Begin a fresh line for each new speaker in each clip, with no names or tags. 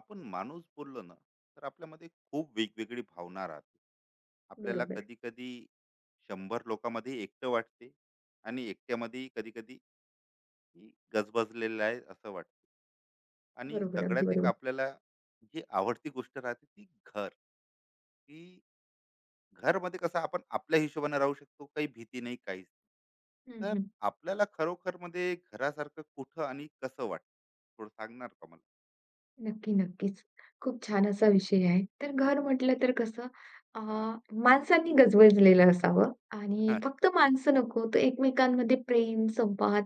आपण माणूस बोललो ना तर आपल्यामध्ये खूप वेगवेगळी भावना राहते. आपल्याला
बरोबर,
कधी कधी शंभर लोकांमध्ये एकटं वाटते आणि एकट्यामध्ये कधी कधी की गजबजलेलं आहे असं वाटते. आणि
बरोबर. अगदी
सगळ्यात एक
बरोबर.
आपल्याला जी आवडती गोष्ट राहते ती घर, की घरमध्ये कसं आपण आपल्या हिशोबाने राहू शकतो, काही भीती नाही, काहीच
हं,
नाही. तर
हं.
आपल्याला खरोखर मध्ये घरासारखं कुठं आणि कसं वाटतं, थोडं सांगणार का मला.
नक्की, नक्कीच. खूप छान असा विषय आहे. तर घर म्हटलं तर कसं अ,
हा.
माणसांनी गजबजलेलं असावं आणि
हा.
फक्त माणसं नको, तर एकमेकांमध्ये प्रेम, संवाद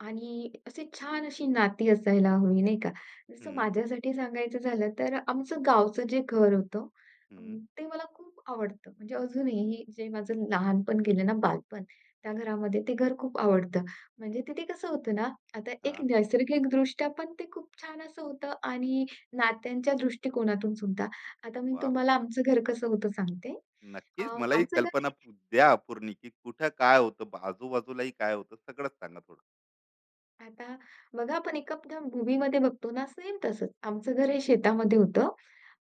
आणि असे छान अशी नाती असायला हवी, नाही का? जसं
हम्म.
माझ्यासाठी सांगायचं झालं तर आमचं गावचं जे घर होतं अ,
हम्म.
ते मला खूप आवडतं. म्हणजे अजूनही जे माझं लहानपण गेलं ना, बालपण, त्या घरामध्ये ते घर खूप आवडतं. म्हणजे तिथे कसं होतं ना, आता एक
हां.
नैसर्गिकदृष्ट्या पण ते खूप छान असं होतं आणि नात्यांच्या दृष्टिकोनातून सुद्धा. आता मी
वाह!
तुम्हाला आमचं घर कसं होतं सांगते.
नक्कीच. मला ही
आमचं घर
कल्पना
हे
द्या पूर्ण, की कुठं काय होतं, आजूबाजूलाही काय होतं, सगळंच सांगा थोडं.
आता बघा आपण एका मूव्हीमध्ये बघतो ना, सेम तसंच. आमचं घर हे शेतामध्ये होतं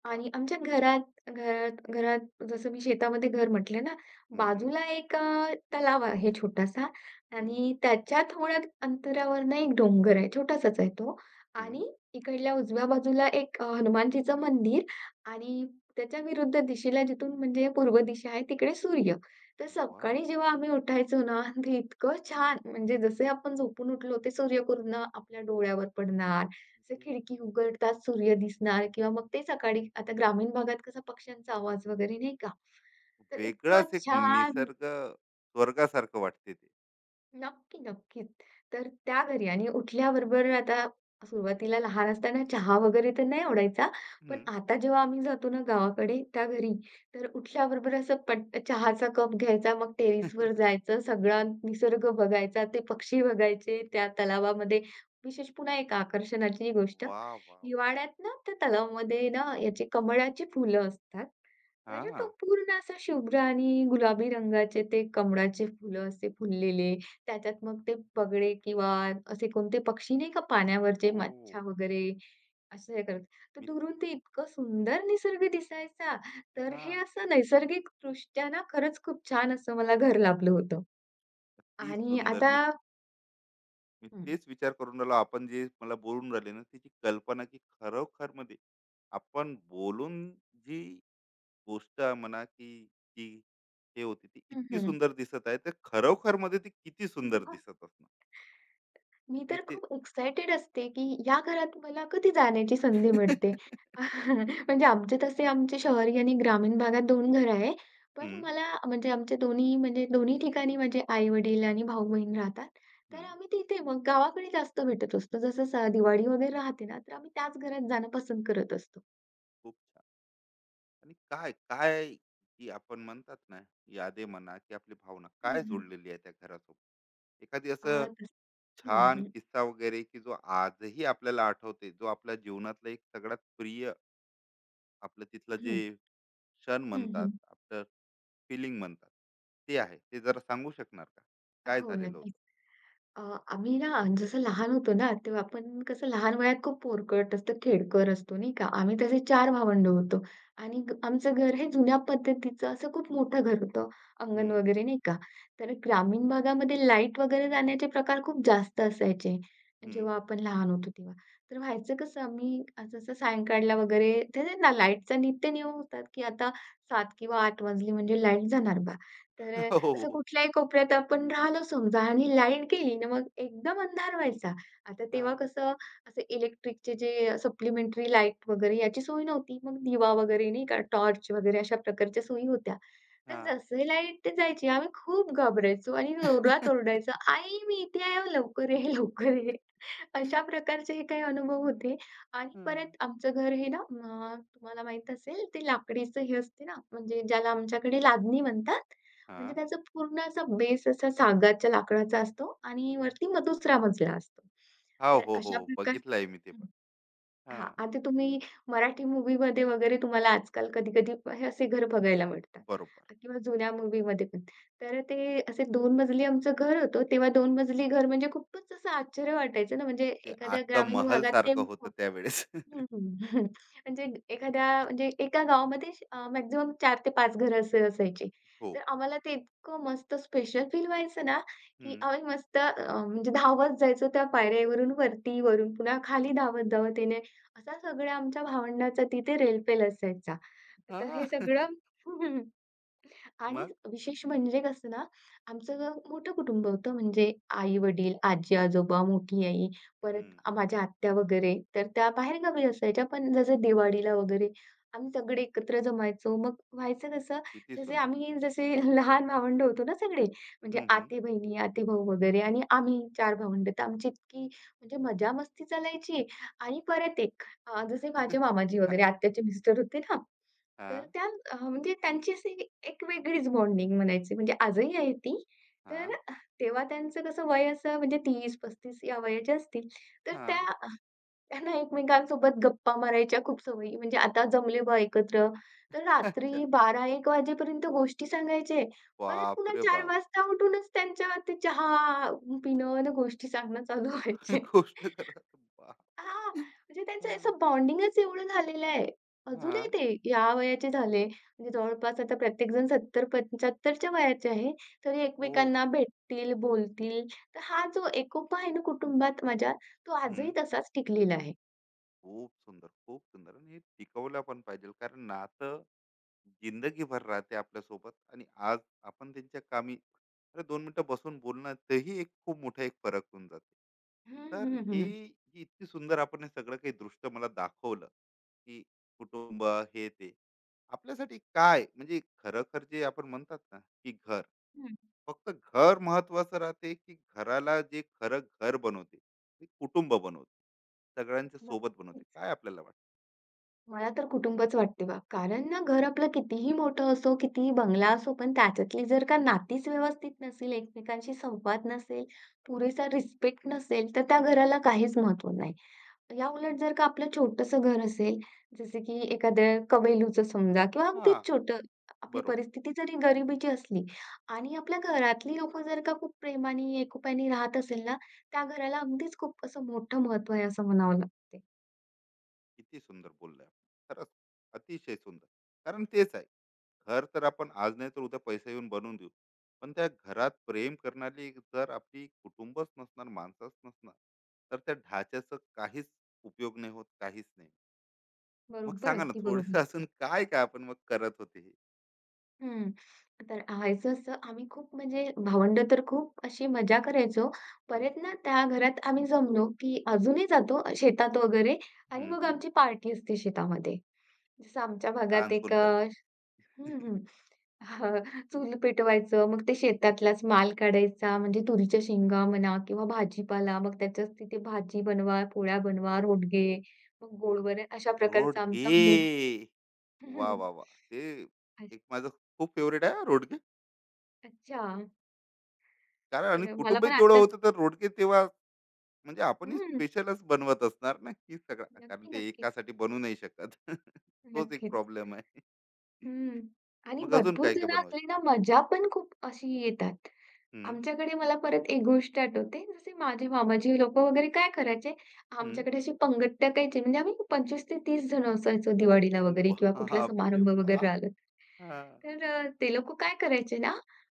वाह!
आणि आमच्या घरात घरात घरात जसं मी शेतामध्ये घर म्हटलं ना,
हं, हं,
बाजूला एक तलाव आहे छोटासा
हं,
आणि त्याच्या थोड्या अंतरावर ना एक डोंगर आहे. छोटासाच आहे तो
हं.
आणि इकडल्या उजव्या बाजूला एक हनुमानजीचं मंदिर आणि त्याच्या विरुद्ध दिशेला जिथून म्हणजे पूर्व दिशा आहे तिकडे सूर्य. तर
वाह!
सकाळी जेव्हा आम्ही उठायचो ना, ते इतकं छान म्हणजे जसे आपण झोपून उठलो ते सूर्यकिरण आपल्या डोळ्यावर पडणार असं
म्हणजे
खिडकी उघडताच सूर्य दिसणार किंवा मग ते सकाळी आता ग्रामीण भागात कसा पक्ष्यांचा आवाज वगैरे नाही का? तर इतकं
वेगळाच एक
छान.
निसर्ग, स्वर्गासारखं वाटते ते.
नक्की, नक्कीच. तर त्या घरी आणि उठल्याबरोबर आता सुरुवातीला लहान असताना चहा वगैरे तर नाही आवडायचा. पण
हं.
आता जेव्हा आम्ही जातो ना गावाकडे त्या घरी, तर उठल्याबरोबर असं पट चहाचा कप घ्यायचा, मग टेरेसवर जायचं, सगळा निसर्ग बघायचा, ते पक्षी बघायचे त्या तलावामध्ये. विशेष पुन्हा एक आकर्षणाची गोष्ट,
वाह, वाह, वाह!
हिवाळ्यात ना त्या तलावामध्ये ना याची कमळाची फुलं असतात. तर तो
हां.
पूर्ण असा शुभ्र आणि गुलाबी रंगाचे ते कमळाचे फुलं असे फुललेले. त्याच्यात मग ते पगडे किंवा असे कोणते पक्षी नाही का पाण्यावरचे मच्छा
हो.
वगैरे असं हे करत. तर
मी.
दुरून ते इतकं सुंदर निसर्ग दिसायचा. तर हे
हां.
असं नैसर्गिकदृष्ट्या ना खरंच खूप छान असं मला घर लाभलं होतं.
अति
आणि
सुंदर.
आता
मी मी
हं.
तेच विचार करून राहिलो, आपण जे मला बोलून राहिले ना, त्याची कल्पना, की खरोखरमध्ये आपण बोलून जी गोष्ट म्हणा, की जी हे होती, ती इतकी
हं,
सुंदर दिसत आहे, तर खरोखर मध्ये ती किती सुंदर
हं.
दिसत असणार.
मी
मी
तर
ते.
खूप एक्सायटेड असते, की या घरात मला कधी जाण्याची संधी मिळते. म्हणजे आमचे तसे आमचे शहरी आणि ग्रामीण भागात दोन घरं आहे. पण
हं,
मला म्हणजे आमचे दोन्ही म्हणजे दोन्ही ठिकाणी माझे आई-वडील आणि भाऊ-बहीण राहतात. तर
हं.
आम्ही तिथे मग गावाकडे जास्त भेटत असतो. जसं दिवाळी वगैरे राहते ना, तर आम्ही त्याच घरात जाणं पसंत करत असतो.
खूप छान. आणि काय की आपण म्हणतात ना, यादी म्हणा की आपली भावना
हं,
काय
हं.
जोडलेली आहे त्या घरासोबत? एखादी असं
आ, तस हं,
छान
हं.
किस्सा वगैरे, की जो आजही आपल्याला आठवते, जो आपल्या जीवनातला एक सगळ्यात प्रिय, आपलं तिथलं जे
हं,
क्षण
हं,
म्हणतात,
हं.
आपलं फिलिंग म्हणतात, ते आहे ते जरा सांगू शकणार का, काय
हो,
झालेलं
नक्कीच.
होतं.
अ, आम्ही ना जसं लहान होतो ना, तेव्हा आपण कसं लहान वयात खूप पोरकट असतो, खेडकर असतो, नाही का? आम्ही तसे चार भावंड होतो आणि आमचं घर हे जुन्या पद्धतीचं असं खूप मोठं घर होतं, अंगण
हम्म.
वगैरे नाही का? तर ग्रामीण भागामध्ये लाईट वगैरे जाण्याचे प्रकार खूप जास्त असायचे,
हम्म.
जेव्हा आपण लहान होतो तेव्हा. तर व्हायचं कसं, आम्ही असं असं सायंकाळला वगैरे ते ना लाईटचा नित्य नियम होतात, की आता 7 किंवा 8 वाजली म्हणजे लाईट जाणार बा. तर असं
हो.
कुठल्याही कोपऱ्यात आपण राहिलो समजा आणि लाईट गेली ना मग एकदम अंधार व्हायचा. आता
हा.
तेव्हा कसं असं इलेक्ट्रिकचे जे सप्लिमेंटरी लाईट वगैरे याची सोय नव्हती. मग दिवा वगैरे नाही का टॉर्च वगैरे अशा प्रकारच्या सोयी होत्या. तर
हा.
जसं लाईट जायची आम्ही खूप घाबरायचो आणि जोरात ओरडायचो, "आई मी इथे आहे लवकर ये, लवकर ये." अशा प्रकारचे हे काही अनुभव
हम्म,
होते आणि
हम्म.
परत आमचं घर हे ना तुम्हाला माहीत असेल ते लाकडीचं हे असते ना म्हणजे ज्याला आमच्याकडे लादणी म्हणतात.
हा.
म्हणजे त्याचा पूर्ण असा बेस असा सागाच्या लाकडाचा असतो आणि
हा.
वरती मग दुसरा मजला असतो.
हा,
तर
हो, हो,
अशा प्रकार
बघितलंय मी ते
हं.
पण. हा.
हां, आता तुम्ही मराठी मूव्हीमध्ये वगैरे तुम्हाला आजकाल कधी-कधी हे असे घर बघायला मिळतात
बरोबर.
किंवा जुन्या मूव्हीमध्ये पण. तर ते असे दोन मजली आमचं घर होतं. तेव्हा 2 मजली घर म्हणजे खूपच असं आश्चर्य वाटायचं ना, म्हणजे
ते
एखाद्या
आजचं
ग्रामीण
महल
भागात ते
सारखं होतं त्यावेळेस.
हं, हं. म्हणजे एखाद्या म्हणजे एका गावामध्ये मॅक्सिमम 4 ते 5 घरं असे असायची.
हो.
तर आम्हाला ते इतकं मस्त स्पेशल फील व्हायचं ना, की
हम्म.
आम्ही मस्त म्हणजे धावत जायचो त्या पायऱ्यावरून वरती, वरून पुन्हा खाली धावत-धावत येणे. असा सगळ्या आमच्या भावंडांचा तिथे रेलपेल असायचा. तर
हा.
हे सगळं. आणि
मग.
विशेष म्हणजे कसं ना, आमचं मोठं कुटुंब होतं म्हणजे आई-वडील, आजी-आजोबा, मोठी आई, परत
हम्म.
माझ्या आत्या वगैरे. तर त्या बाहेरगावी असायच्या, पण जसं दिवाळीला वगैरे आम्ही सगळे एकत्र जमायचो. मग व्हायचं कसं,
किती
जसे
सुंदर.
आम्ही जसे लहान भावंड होतो ना सगळे, म्हणजे
हम्म. हम्म.
आते-बहिणी, आते-भाऊ वगैरे आणि आम्ही 4 भावंड. तर आमची इतकी म्हणजे मजा-मस्ती चालायची आणि परत एक जसे माझे मामाजी वगैरे
काय.
आत्याचे मिस्टर होते ना,
हा.
तर त्या म्हणजे त्यांची अशी एक वेगळीच बॉन्डिंग म्हणायची म्हणजे आजही आहे ती.
हा.
तर तेव्हा त्यांचं कसं वय असं म्हणजे तीस 35 या वयाचे असतील. तर
हा.
त्या त्यांना एकमेकांसोबत गप्पा मारायच्या खूप सवयी म्हणजे आता जमले बा एकत्र. तर
अच्छा.
रात्री 12-1 वाजेपर्यंत गोष्टी सांगायचे. परत
बाप
पुन्हा
रे
4
बाप.
वाजता उठूनच त्यांच्या ते चहा पिणं आणि गोष्टी सांगणं चालू व्हायचे.
गोष्ट करा बाप.
हां, म्हणजे त्यांचं
हां.
असं बॉन्डिंगच एवढं झालेलं आहे. अजूनही
हां.
ते या वयाचे झाले, म्हणजे जवळपास आता प्रत्येकजण 70-75च्या वयाचे आहे, तरी
हो.
एकमेकांना भेटतील, बोलतील. तर हा जो एकोपा आहे ना कुटुंबात माझ्या, तो
हं.
आजही तसाच टिकलेला आहे.
खूप सुंदर, खूप सुंदर, आणि हे टिकवलं पण पाहिजे, कारण नातं जिंदगीभर राहते आपल्यासोबत. आणि आज आपण त्यांच्या कामी अरे 2 मिनिटं बसून बोलणं, तेही एक खूप मोठा एक फरक होऊन जाते.
हं,
तर
हं,
हे
हं.
जी इतकी सुंदर आपण हे सगळं काही दृश्य मला दाखवलं, की कुटुंब हे ते. आपल्यासाठी काय म्हणजे खरं, जे आपण म्हणतात ना, की घर,
हं,
फक्त घर महत्वाचं राहते, की घराला जे खरं घर बनवते, ते कुटुंब बनवते, सगळ्यांच्या सोबत बनवते,
नक्कीच.
काय आपल्याला वाटतं.
मला तर कुटुंबच वाटते बा. कारण ना घर आपलं कितीही मोठं असो, कितीही बंगला असो, पण त्याच्यातली जर का नातीच व्यवस्थित नसेल, एकमेकांशी संवाद नसेल,
हं.
पुरेसा रिस्पेक्ट नसेल, तर त्या घराला काहीच महत्व नाही. याउलट जर का आपलं छोटंसं घर असेल, जसं की एखाद्या कबैलूचं समजा किंवा
हा.
अगदीच छोटं, आपली
बरोबर.
परिस्थिती जरी गरिबीची असली आणि आपल्या घरातली लोकं जर का खूप प्रेमाने, एकोप्याने राहत असेल ना, त्या घराला अगदीच खूप असं मोठं महत्त्व आहे असं म्हणावं लागते.
किती सुंदर बोलले आपण, खरंच. अतिशय सुंदर. कारण तेच आहे, घर तर आपण आज नाही तर उद्या पैसे येऊन बनवून देऊ, पण त्या घरात प्रेम करणारी जर आपली कुटुंबच नसणार, माणसंच नसणार, तर त्या ढाच्याचं काहीच उपयोग नाही होत, काहीच नाही. मग
बरोबर,
सांगा ना,
अगदी
थोडस
बरोबर.
असून काय काय आपण मग करत होते हे.
हं. तर व्हायचं असं, आम्ही खूप म्हणजे भावंडं तर खूप अशी मजा करायचो.
हम्म,
परत ना त्या घरात आम्ही जमलो, की अजूनही जातो शेतात वगैरे आणि
हम्म,
मग
हम्म.
आमची पार्टी असते शेतामध्ये. जसं आमच्या भागात
डान्स
एक
कोण करते.
हं, हं. हं, चूल पेटवायचं, मग ते शेतातलाच माल काढायचा, म्हणजे तुरीच्या शेंगा म्हणा किंवा भाजीपाला, मग त्याच्याच तिथे भाजी बनवा, पोळ्या बनवा, रोडगे, मग गोड अशा प्रकारचा
रोडगे.
आमचा मेनू.
वा वा वा. ते एक माझं खूप फेवरेट आहे हां, रोडगे.
अच्छा.
कारण आणि
तर मला
कुटुंबही
पण
तेवढं
आता
होतं, तर रोडगे तेव्हा म्हणजे आपणही
हं.
स्पेशलच बनवत असणार ना, की सगळा, कारण
नक्की,
ते
नक्कीच.
एकासाठी बनवू नाही शकत. तोच एक
नक्कीच.
प्रॉब्लेम आहे.
हं. आणि
मग अजून
भरपूर
काय-काय
जण
बनवायचं?
असले ना मजा पण खूप अशी येतात.
हं,
आमच्याकडे मला परत एक गोष्ट आठवते. जसे माझे मामाजी लोकं वगैरे काय करायचे,
हं.
आमच्याकडे अशी पंगत टाकायचे म्हणजे आम्ही 25 ते 30 जणं असायचो दिवाळीला वगैरे किंवा कुठला
बापरे,
समारंभ
वाह!
वगैरे आला.
हां.
तर ते लोकं काय करायचे ना,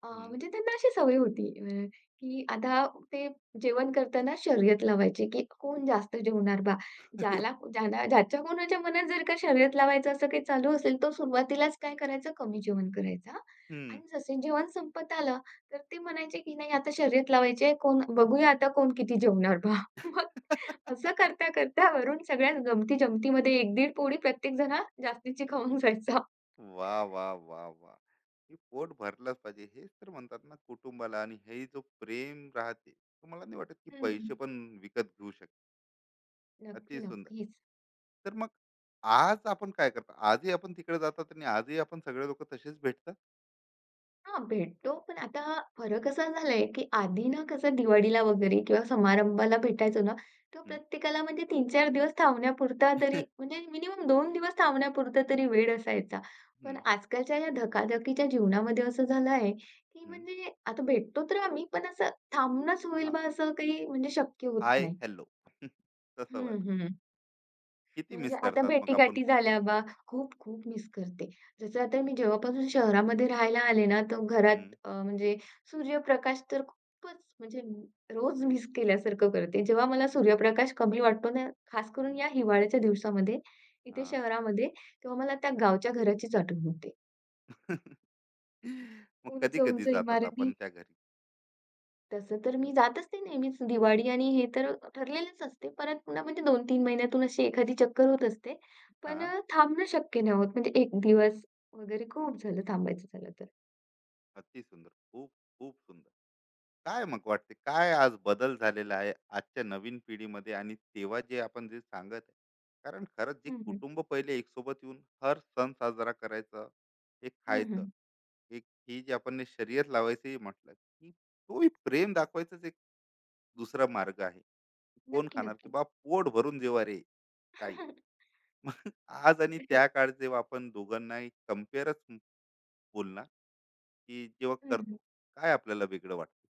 हं.
म्हणजे त्यांना अशी सवय होती की आता ते जेवण करताना शर्यत लावायचे, की कोण जास्त जेवणार बा.
अरे.
ज्याला ज्याला ज्याच्या कोणाच्या मनात जर का शर्यत लावायचं असं काही चालू असेल, तो सुरुवातीलाच काय करायचा, कमी जेवण करायचा
हं.
आणि जसे जेवण संपत आलं तर ते म्हणायचे, की "नाही आता शर्यत लावायची आहे. कोण बघूया आता कोण किती जेवणार बा." मग असं करता-करता वरून सगळ्याच गमती-जमतीमध्ये 1-1.5 पोळी प्रत्येक जण जास्तीची खाऊन जायचा.
वाह! वाह! वाह! वाह! की पोट भरलंच पाहिजे. हेच तर म्हणतात ना कुटुंबाला, आणि हे जो प्रेम राहते, तो मला नाही वाटत की
हं, हं.
पैसे पण विकत घेऊ शकतात. अति
नक्की,
सुंदर.
नक्कीच.
तर मग आज आपण काय करता? आजही आपण तिकडे जातात, आणि आजही आपण सगळे लोकं तसेच भेटतात?
हां, भेटतो. पण आता हा फरक असा झालाय, की आधी ना कसं दिवाळीला वगैरे किंवा समारंभाला भेटायचो ना, तर
हं,
प्रत्येकाला म्हणजे तीन-चार दिवस थांबण्यापुरता तरी म्हणजे मिनिमम 2 दिवस थांबण्यापुरता तरी वेळ असायचा. पण
हं,
आजकालच्या या धकाधकीच्या जीवनामध्ये असं झालं आहे, की
हं.
म्हणजे आता भेटतो तर आम्ही, पण असं थांबणंच होईल
हां.
बा असं काही म्हणजे शक्य होत
हाय,
नाही.
हॅलो. तसं
हं,
वालं.
हं.
किती
म्हणजे
मिस
आता
करतात मग आपण?
भेटीगाठी झाल्या बा, खूप-खूप मिस करते. जसं आता मी जेव्हापासून शहरामध्ये राहायला आले ना, तर
हं,
घरात म्हणजे सूर्यप्रकाश तर खूपच म्हणजे रोज मिस केल्यासारखं करते. जेव्हा मला सूर्यप्रकाश कमी वाटतो ना, खास करून
हं.
या हिवाळ्याच्या दिवसामध्ये इथे
हां.
शहरामध्ये, तेव्हा मला त्या गावच्या घराचीच आठवण होते.
मग कधी-कधी
उंच-उंच
जातात
इमारती
आपण त्या घरी.
तसं तर मी जात असते नेहमीच दिवाळी आणि हे तर ठरलेलंच असते. परत पुन्हा म्हणजे 2-3 महिन्यातून अशी एखादी चक्कर होत असते. पण
हां.
थांबणं शक्य नाही होत. म्हणजे 1 दिवस वगैरे खूप झालं थांबायचं झालं तर.
अति सुंदर. खूप, खूप सुंदर. काय मग वाटते, काय आज बदल झालेला आहे आजच्या नवीन पिढीमध्ये आणि तेव्हा जे आपण जे सांगत आहे. कारण खरंच जे
हं, हं.
कुटुंब पहिले एकसोबत येऊन हर सण साजरा करायचा, एक
हं,
खायचं,
हं.
एक ही जी आपण ने शर्यत लावायची म्हटलं, की तोही प्रेम दाखवायचाच एक दुसरा मार्ग आहे, कोण
नक्की,
खाणार की
नक्कीच.
बा पोट भरून जेव्हा रे. काही. मग आज आणि त्या काळ, जेव्हा आपण दोघांनाही कम्पेअरच बोलणार, की जेव्हा करतो,
हं.
काय आपल्याला वेगळं वाटतं.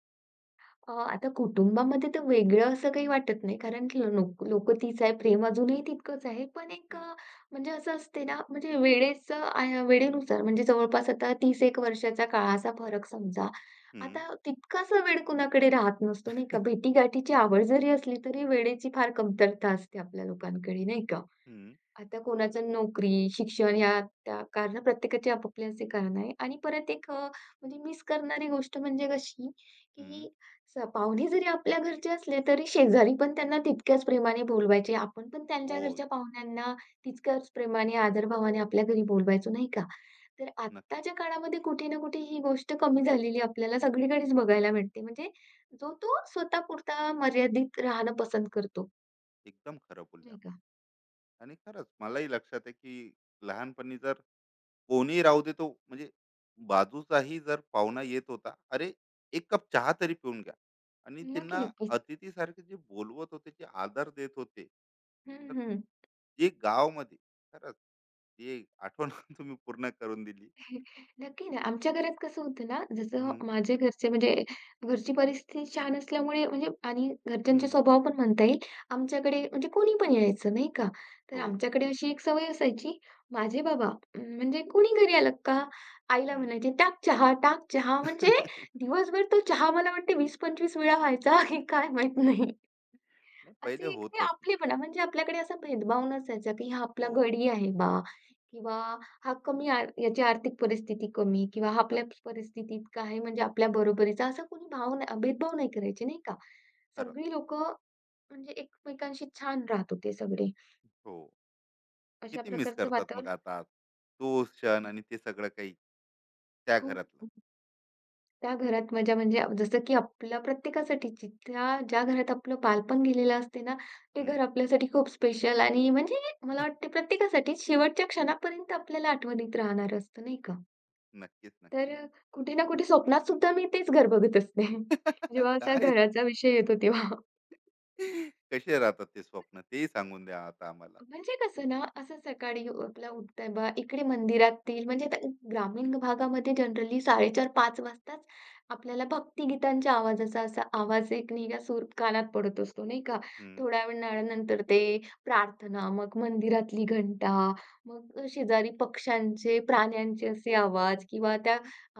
आता कुटुंबामध्ये तर वेगळं असं काही वाटत नाही, कारण की लोकं तीच आहे, प्रेम अजूनही तितकंच आहे. पण एक
हम्म,
म्हणजे असं असते ना, म्हणजे वेळेचं वेळेनुसार म्हणजे जवळपास आता 30-1 वर्षाचा काळाचा फरक समजा.
हम्म,
आता तितकासा वेळ कुणाकडे राहत नसतो, नाही का? भेटीगाठीची आवड जरी असली, तरी वेळेची फार कमतरता असते आपल्या लोकांकडे, नाही का?
हम्म,
आता कोणाचं नोकरी, शिक्षण ह्या त्या कारण प्रत्येकाचे आपापले असे कारण आहे आणि परत एक म्हणजे मिस करणारी गोष्ट म्हणजे कशी,
हम्म.
की पाहुणे जरी आपल्या घरचे असले, तरी शेजारी पण त्यांना तितक्याच प्रेमाने बोलवायचे. आपण पण
हो
त्यांच्या घरच्या
यार,
पाहुण्यांना तितक्याच प्रेमाने, आदरभावाने आपल्या घरी बोलवायचो, नाही का? तर
नक्कीच.
आत्ताच्या काळामध्ये कुठे ना कुठे ही गोष्ट कमी झालेली आपल्याला सगळीकडेच बघायला मिळते. म्हणजे जो तो स्वतःपुरता मर्यादित राहणं पसंत करतो,
एकदम खरं बोलले
नाही का?
आपण. आणि खरंच मलाही लक्षात आहे की लहानपणी जर कोणी राहू दे, तो म्हणजे बाजूचाही जर पाहुणा येत होता, अरे एक कप चहा तरी पिऊन घ्या, आणि
नक्की,
त्यांना
नक्कीच.
अतिथीसारखे जे बोलवत होते, जे आदर देत होते,
हं,
तर
हं.
जे गावमध्ये, खरंच जे आठवण तुम्ही पूर्ण करून दिली.
नक्की ना. आमच्या घरात कसं होतं ना, जसं
हम्म,
माझे घरचे म्हणजे घरची परिस्थिती छान असल्यामुळे म्हणजे आणि घरच्यांचे
हम्म,
स्वभाव पण म्हणता येईल. आमच्याकडे म्हणजे कोणी पण यायचं नाही का. तर
हो.
आमच्याकडे अशी एक सवय असायची. माझे बाबा म्हणजे कोणी घरी आलं का आईला
हम्म.
म्हणायचे, "टाक चहा, टाक चहा." म्हणजे दिवसभर तो चहा मला वाटते 20-25 वेळा व्हायचा की काय माहीत नाही.
नाही, पहिले
असे एक ते
होतच.
आपलेपणा म्हणजे आपल्याकडे असा भेदभाव नसायचा, की हा आपला
हो.
गडी आहे बा किंवा हा कमी याची आर्थिक परिस्थिती कमी किंवा हा आपल्या परिस्थिती इतका आहे म्हणजे आपल्या बरोबरीचा असा कोणी भाव नाही भेदभाव नाही करायचे नाही का.
खरंच.
सगळी लोकं म्हणजे एकमेकांशी छान राहत होते सगळे.
हो.
अशा
किती मिस
प्रकारचं
करतात मग
वातावरण.
आता आज? तो क्षण आणि ते सगळं काही त्या
खूप
घरातलं.
त्या घरात मजा म्हणजे जसं की आपल्या प्रत्येकासाठी ज्या घरात आपलं बालपण गेलेलं असते ना, ते
हं.
घर आपल्यासाठी खूप स्पेशल आणि म्हणजे मला वाटते प्रत्येकासाठी शेवटच्या क्षणापर्यंत आपल्याला आठवणीत राहणारं असतं, नाही का?
नक्कीच,
तर
नक्की, नक्की.
कुठे ना कुठे स्वप्नात सुद्धा मी तेच घर बघत असते. जेव्हा असा
काय.
घराचा विषय येतो तेव्हा.
कसे राहतात ते स्वप्न, तेही सांगून द्या आता आम्हाला.
म्हणजे कसं ना, असं सकाळी आपलं उठतंय बा, इकडे मंदिरातील म्हणजे आता ग्रामीण भागामध्ये जनरली 4:30-5 वाजताच आपल्याला भक्तिगीतांच्या आवाजाचा असा आवाज एक निघा सूर कानात पडत असतो, नाही का?
हं.
थोड्या वेळानंतर ते प्रार्थना, मग मंदिरातली घंटा, मग शेजारी पक्ष्यांचे, प्राण्यांचे असे आवाज किंवा त्या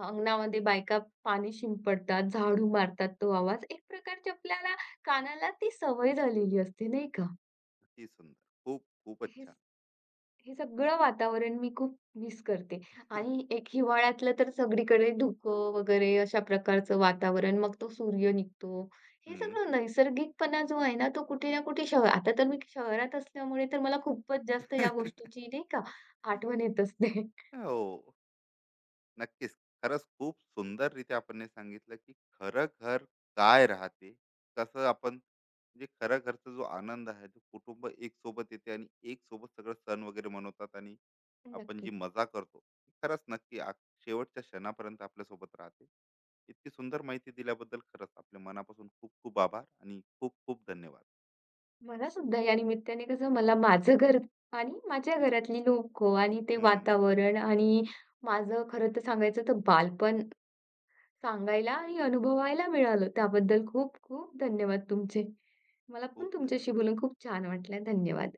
अंगणामध्ये बायका पाणी शिंपडतात, झाडू मारतात तो आवाज. एक प्रकारची आपल्याला कानाला ती सवय झालेली असते, नाही का?
अति सुंदर. खूप खूपच
हे स
छान.
हे सगळं वातावरण मी खूप मिस करते आणि एक हिवाळ्यातलं तर सगळीकडे धुकं वगैरे अशा प्रकारचं वातावरण. मग तो सूर्य निघतो. हे
हं.
सगळं नैसर्गिकपणा जो आहे ना, तो कुठे ना कुठे शहर आता तर मी शहरात असल्यामुळे तर मला खूपच जास्त या गोष्टीची नाही का आठवण येत असते.
हो, नक्कीच. खरंच खूप सुंदररीत्या आपण हे सांगितलं, की खरं घर काय राहते? कसं आपण म्हणजे खऱ्या घरचा जो आनंद आहे, तो कुटुंब एक सोबत येते आणि एक सोबत सगळं सण वगैरे मनवतात, आणि आपण जी
नक्कीच.
मजा करतो ती खरंच नक्की शेवटच्या क्षणापर्यंत आपल्यासोबत राहते. इतकी सुंदर माहिती दिल्याबद्दल खरंच आपल्या मनापासून खूप खूप आभार आणि खूप खूप धन्यवाद.
मला सुद्धा या निमित्ताने कसं मला माझं घर आणि माझ्या घरातली लोकं आणि ते
हम्म.
वातावरण आणि माझं खरं तर सांगायचं तर बालपण सांगायला आणि अनुभवायला मिळालं त्याबद्दल खूप खूप धन्यवाद तुमचे. मला पण
खूप
तुमच्याशी
धन्यवाद.
बोलून खूप छान वाटलं. धन्यवाद.